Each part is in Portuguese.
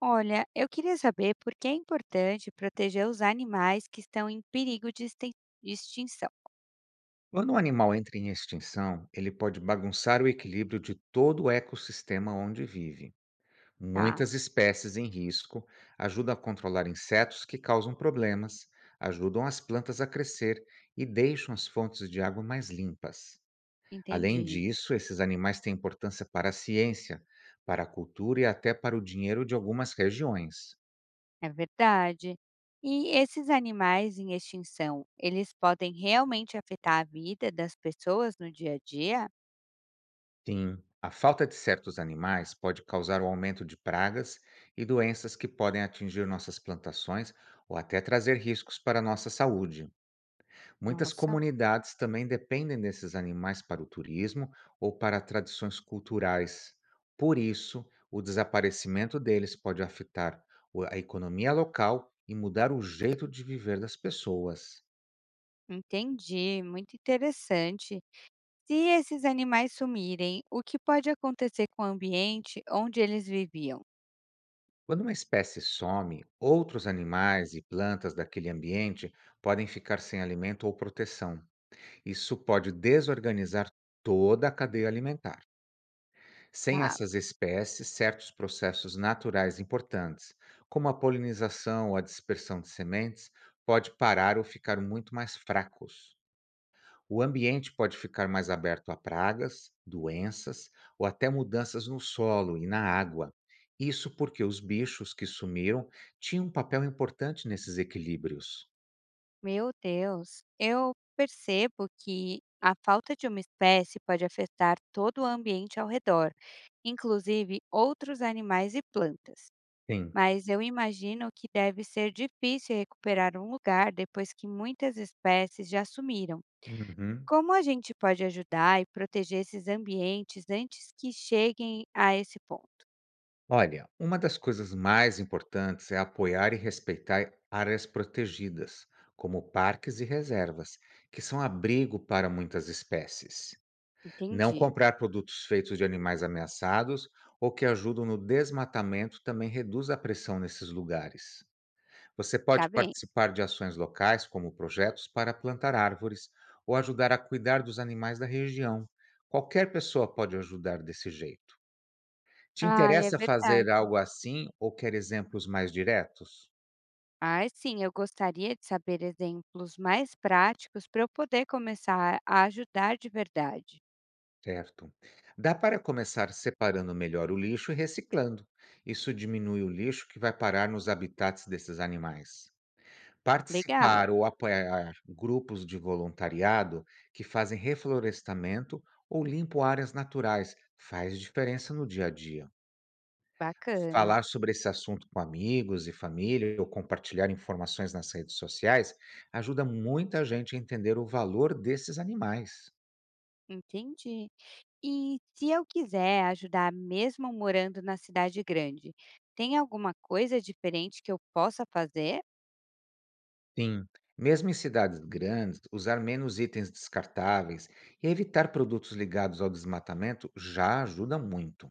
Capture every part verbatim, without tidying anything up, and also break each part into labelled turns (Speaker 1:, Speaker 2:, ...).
Speaker 1: Olha, eu queria saber por que é importante proteger os animais que estão em perigo de extin- de extinção.
Speaker 2: Quando um animal entra em extinção, ele pode bagunçar o equilíbrio de todo o ecossistema onde vive.
Speaker 1: Tá,
Speaker 2: Muitas espécies em risco ajudam a controlar insetos que causam problemas, ajudam as plantas a crescer e deixam as fontes de água mais limpas. Além
Speaker 1: entendi.
Speaker 2: disso, esses animais têm importância para a ciência, para a cultura e até para o dinheiro de algumas regiões.
Speaker 1: É verdade. E esses animais em extinção, eles podem realmente afetar a vida das pessoas no dia a dia?
Speaker 2: Sim, a falta de certos animais pode causar o aumento de pragas e doenças que podem atingir nossas plantações ou até trazer riscos para a nossa saúde. Muitas
Speaker 1: Nossa,
Speaker 2: comunidades também dependem desses animais para o turismo ou para tradições culturais. Por isso, o desaparecimento deles pode afetar o- a economia local e mudar o jeito de viver das pessoas.
Speaker 1: entendi. Muito interessante. Se esses animais sumirem, o que pode acontecer com o ambiente onde eles viviam?
Speaker 2: Quando uma espécie some, outros animais e plantas daquele ambiente podem ficar sem alimento ou proteção. Isso pode desorganizar toda a cadeia alimentar. Sem
Speaker 1: Tá.
Speaker 2: essas espécies, certos processos naturais importantes, como a polinização ou a dispersão de sementes, pode parar ou ficar muito mais fracos. O ambiente pode ficar mais aberto a pragas, doenças ou até mudanças no solo e na água. Isso porque os bichos que sumiram tinham um papel importante nesses equilíbrios.
Speaker 1: Meu Deus, eu percebo que a falta de uma espécie pode afetar todo o ambiente ao redor, inclusive outros animais e plantas.
Speaker 2: Sim.
Speaker 1: Mas eu imagino que deve ser difícil recuperar um lugar depois que muitas espécies já sumiram.
Speaker 2: Uhum.
Speaker 1: Como a gente pode ajudar e proteger esses ambientes antes que cheguem a esse ponto?
Speaker 2: Olha, uma das coisas mais importantes é apoiar e respeitar áreas protegidas, como parques e reservas, que são abrigo para muitas espécies. Não
Speaker 1: Entendi,
Speaker 2: comprar produtos feitos de animais ameaçados ou que ajudam no desmatamento também reduz a pressão nesses lugares. Você
Speaker 1: tá
Speaker 2: pode
Speaker 1: bem.
Speaker 2: participar de ações locais, como projetos para plantar árvores ou ajudar a cuidar dos animais da região. Qualquer pessoa pode ajudar desse jeito. Te
Speaker 1: Ah, é
Speaker 2: interessa
Speaker 1: verdade.
Speaker 2: fazer algo assim ou quer exemplos mais diretos?
Speaker 1: Ah, sim, eu gostaria de saber exemplos mais práticos para eu poder começar a ajudar de verdade.
Speaker 2: Certo. Dá para começar separando melhor o lixo e reciclando. Isso diminui o lixo que vai parar nos habitats desses animais.
Speaker 1: Legal,
Speaker 2: Participar ou apoiar grupos de voluntariado que fazem reflorestamento ou limpam áreas naturais faz diferença no dia a dia.
Speaker 1: bacana,
Speaker 2: Falar sobre esse assunto com amigos e família ou compartilhar informações nas redes sociais ajuda muita gente a entender o valor desses animais.
Speaker 1: entendi. E se eu quiser ajudar mesmo morando na cidade grande, tem alguma coisa diferente que eu possa fazer?
Speaker 2: Sim, mesmo em cidades grandes, usar menos itens descartáveis e evitar produtos ligados ao desmatamento já ajuda muito.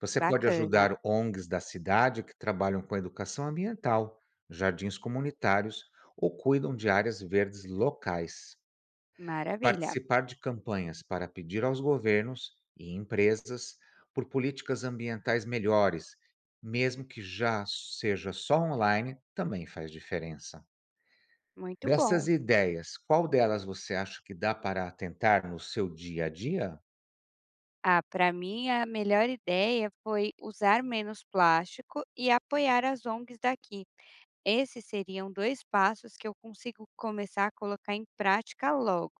Speaker 2: Você pode
Speaker 1: Bacana,
Speaker 2: ajudar ONGs da cidade que trabalham com educação ambiental, jardins comunitários ou cuidam de áreas verdes locais.
Speaker 1: maravilha,
Speaker 2: Participar de campanhas para pedir aos governos e empresas por políticas ambientais melhores, mesmo que já seja só online, também faz diferença.
Speaker 1: muito
Speaker 2: Dessas
Speaker 1: bom.
Speaker 2: ideias, qual delas você acha que dá para tentar no seu dia a dia?
Speaker 1: Ah, para mim a melhor ideia foi usar menos plástico e apoiar as O N Gs daqui. Esses seriam dois passos que eu consigo começar a colocar em prática logo.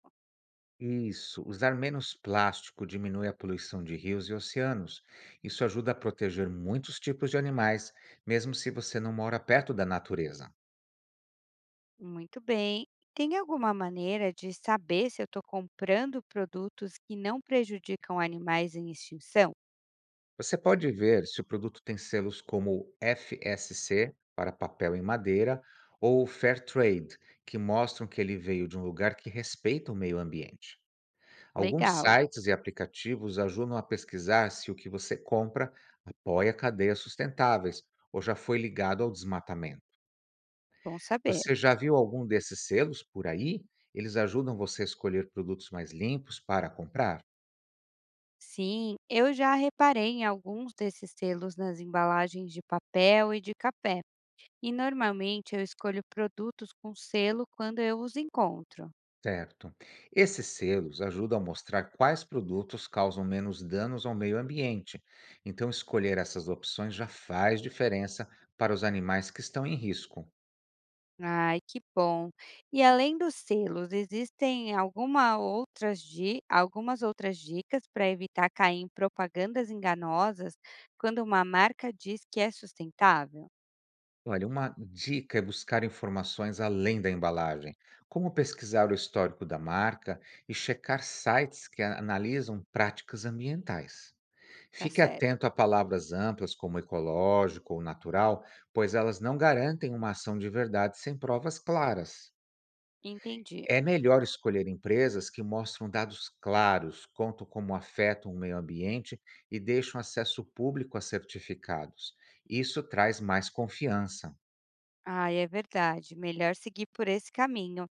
Speaker 2: Isso, usar menos plástico diminui a poluição de rios e oceanos. Isso ajuda a proteger muitos tipos de animais, mesmo se você não mora perto da natureza.
Speaker 1: Muito bem. Tem alguma maneira de saber se eu estou comprando produtos que não prejudicam animais em extinção?
Speaker 2: Você pode ver se o produto tem selos como F S C para papel e madeira ou Fair Trade, que mostram que ele veio de um lugar que respeita o meio ambiente. Alguns
Speaker 1: Legal,
Speaker 2: sites e aplicativos ajudam a pesquisar se o que você compra apoia cadeias sustentáveis ou já foi ligado ao desmatamento.
Speaker 1: bom saber.
Speaker 2: Você já viu algum desses selos por aí? Eles ajudam você a escolher produtos mais limpos para comprar?
Speaker 1: Sim, eu já reparei em alguns desses selos nas embalagens de papel e de café. E normalmente eu escolho produtos com selo quando eu os encontro.
Speaker 2: Certo. Esses selos ajudam a mostrar quais produtos causam menos danos ao meio ambiente. Então, escolher essas opções já faz diferença para os animais que estão em risco.
Speaker 1: Ai, que bom. E além dos selos, existem alguma outras di algumas outras dicas para evitar cair em propagandas enganosas quando uma marca diz que é sustentável?
Speaker 2: Olha, uma dica é buscar informações além da embalagem, como pesquisar o histórico da marca e checar sites que analisam práticas ambientais.
Speaker 1: Tá
Speaker 2: Fique
Speaker 1: certo,
Speaker 2: atento a palavras amplas como ecológico ou natural, pois elas não garantem uma ação de verdade sem provas claras.
Speaker 1: entendi.
Speaker 2: É melhor escolher empresas que mostram dados claros, contam como afetam o meio ambiente e deixam acesso público a certificados. Isso traz mais confiança.
Speaker 1: Ai, é verdade. Melhor seguir por esse caminho.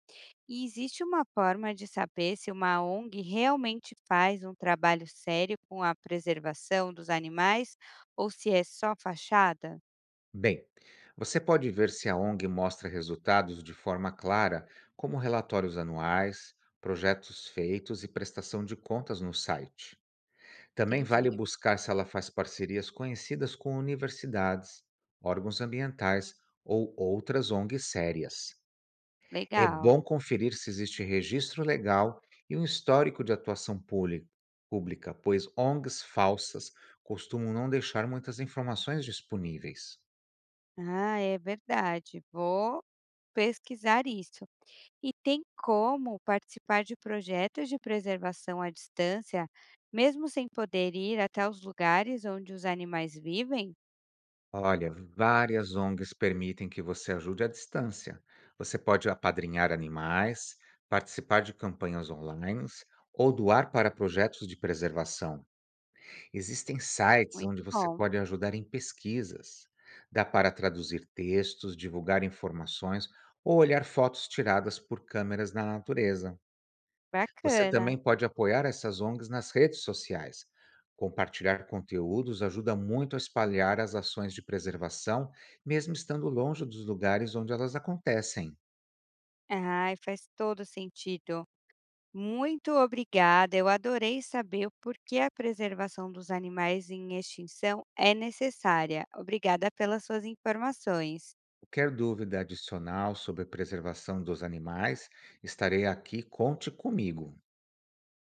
Speaker 1: E existe uma forma de saber se uma O N G realmente faz um trabalho sério com a preservação dos animais ou se é só fachada?
Speaker 2: Bem, você pode ver se a ONG mostra resultados de forma clara, como relatórios anuais, projetos feitos e prestação de contas no site. Também vale
Speaker 1: Entendi.
Speaker 2: buscar se ela faz parcerias conhecidas com universidades, órgãos ambientais ou outras ONGs sérias. É
Speaker 1: Legal.
Speaker 2: bom conferir se existe registro legal e um histórico de atuação púli- pública, pois ONGs falsas costumam não deixar muitas informações disponíveis.
Speaker 1: Ah, é verdade. Vou pesquisar isso. E tem como participar de projetos de preservação à distância, mesmo sem poder ir até os lugares onde os animais vivem?
Speaker 2: Olha, várias ONGs permitem que você ajude à distância. Você pode apadrinhar animais, participar de campanhas online ou doar para projetos de preservação. Existem sites onde
Speaker 1: Muito
Speaker 2: você
Speaker 1: bom.
Speaker 2: pode ajudar em pesquisas. Dá para traduzir textos, divulgar informações ou olhar fotos tiradas por câmeras na natureza. Você
Speaker 1: Bacana.
Speaker 2: também pode apoiar essas ONGs nas redes sociais. Compartilhar conteúdos ajuda muito a espalhar as ações de preservação, mesmo estando longe dos lugares onde elas acontecem.
Speaker 1: Ah, faz todo sentido. Muito obrigada, eu adorei saber o porquê a preservação dos animais em extinção é necessária. Obrigada pelas suas informações.
Speaker 2: Qualquer dúvida adicional sobre a preservação dos animais, estarei aqui, conte comigo.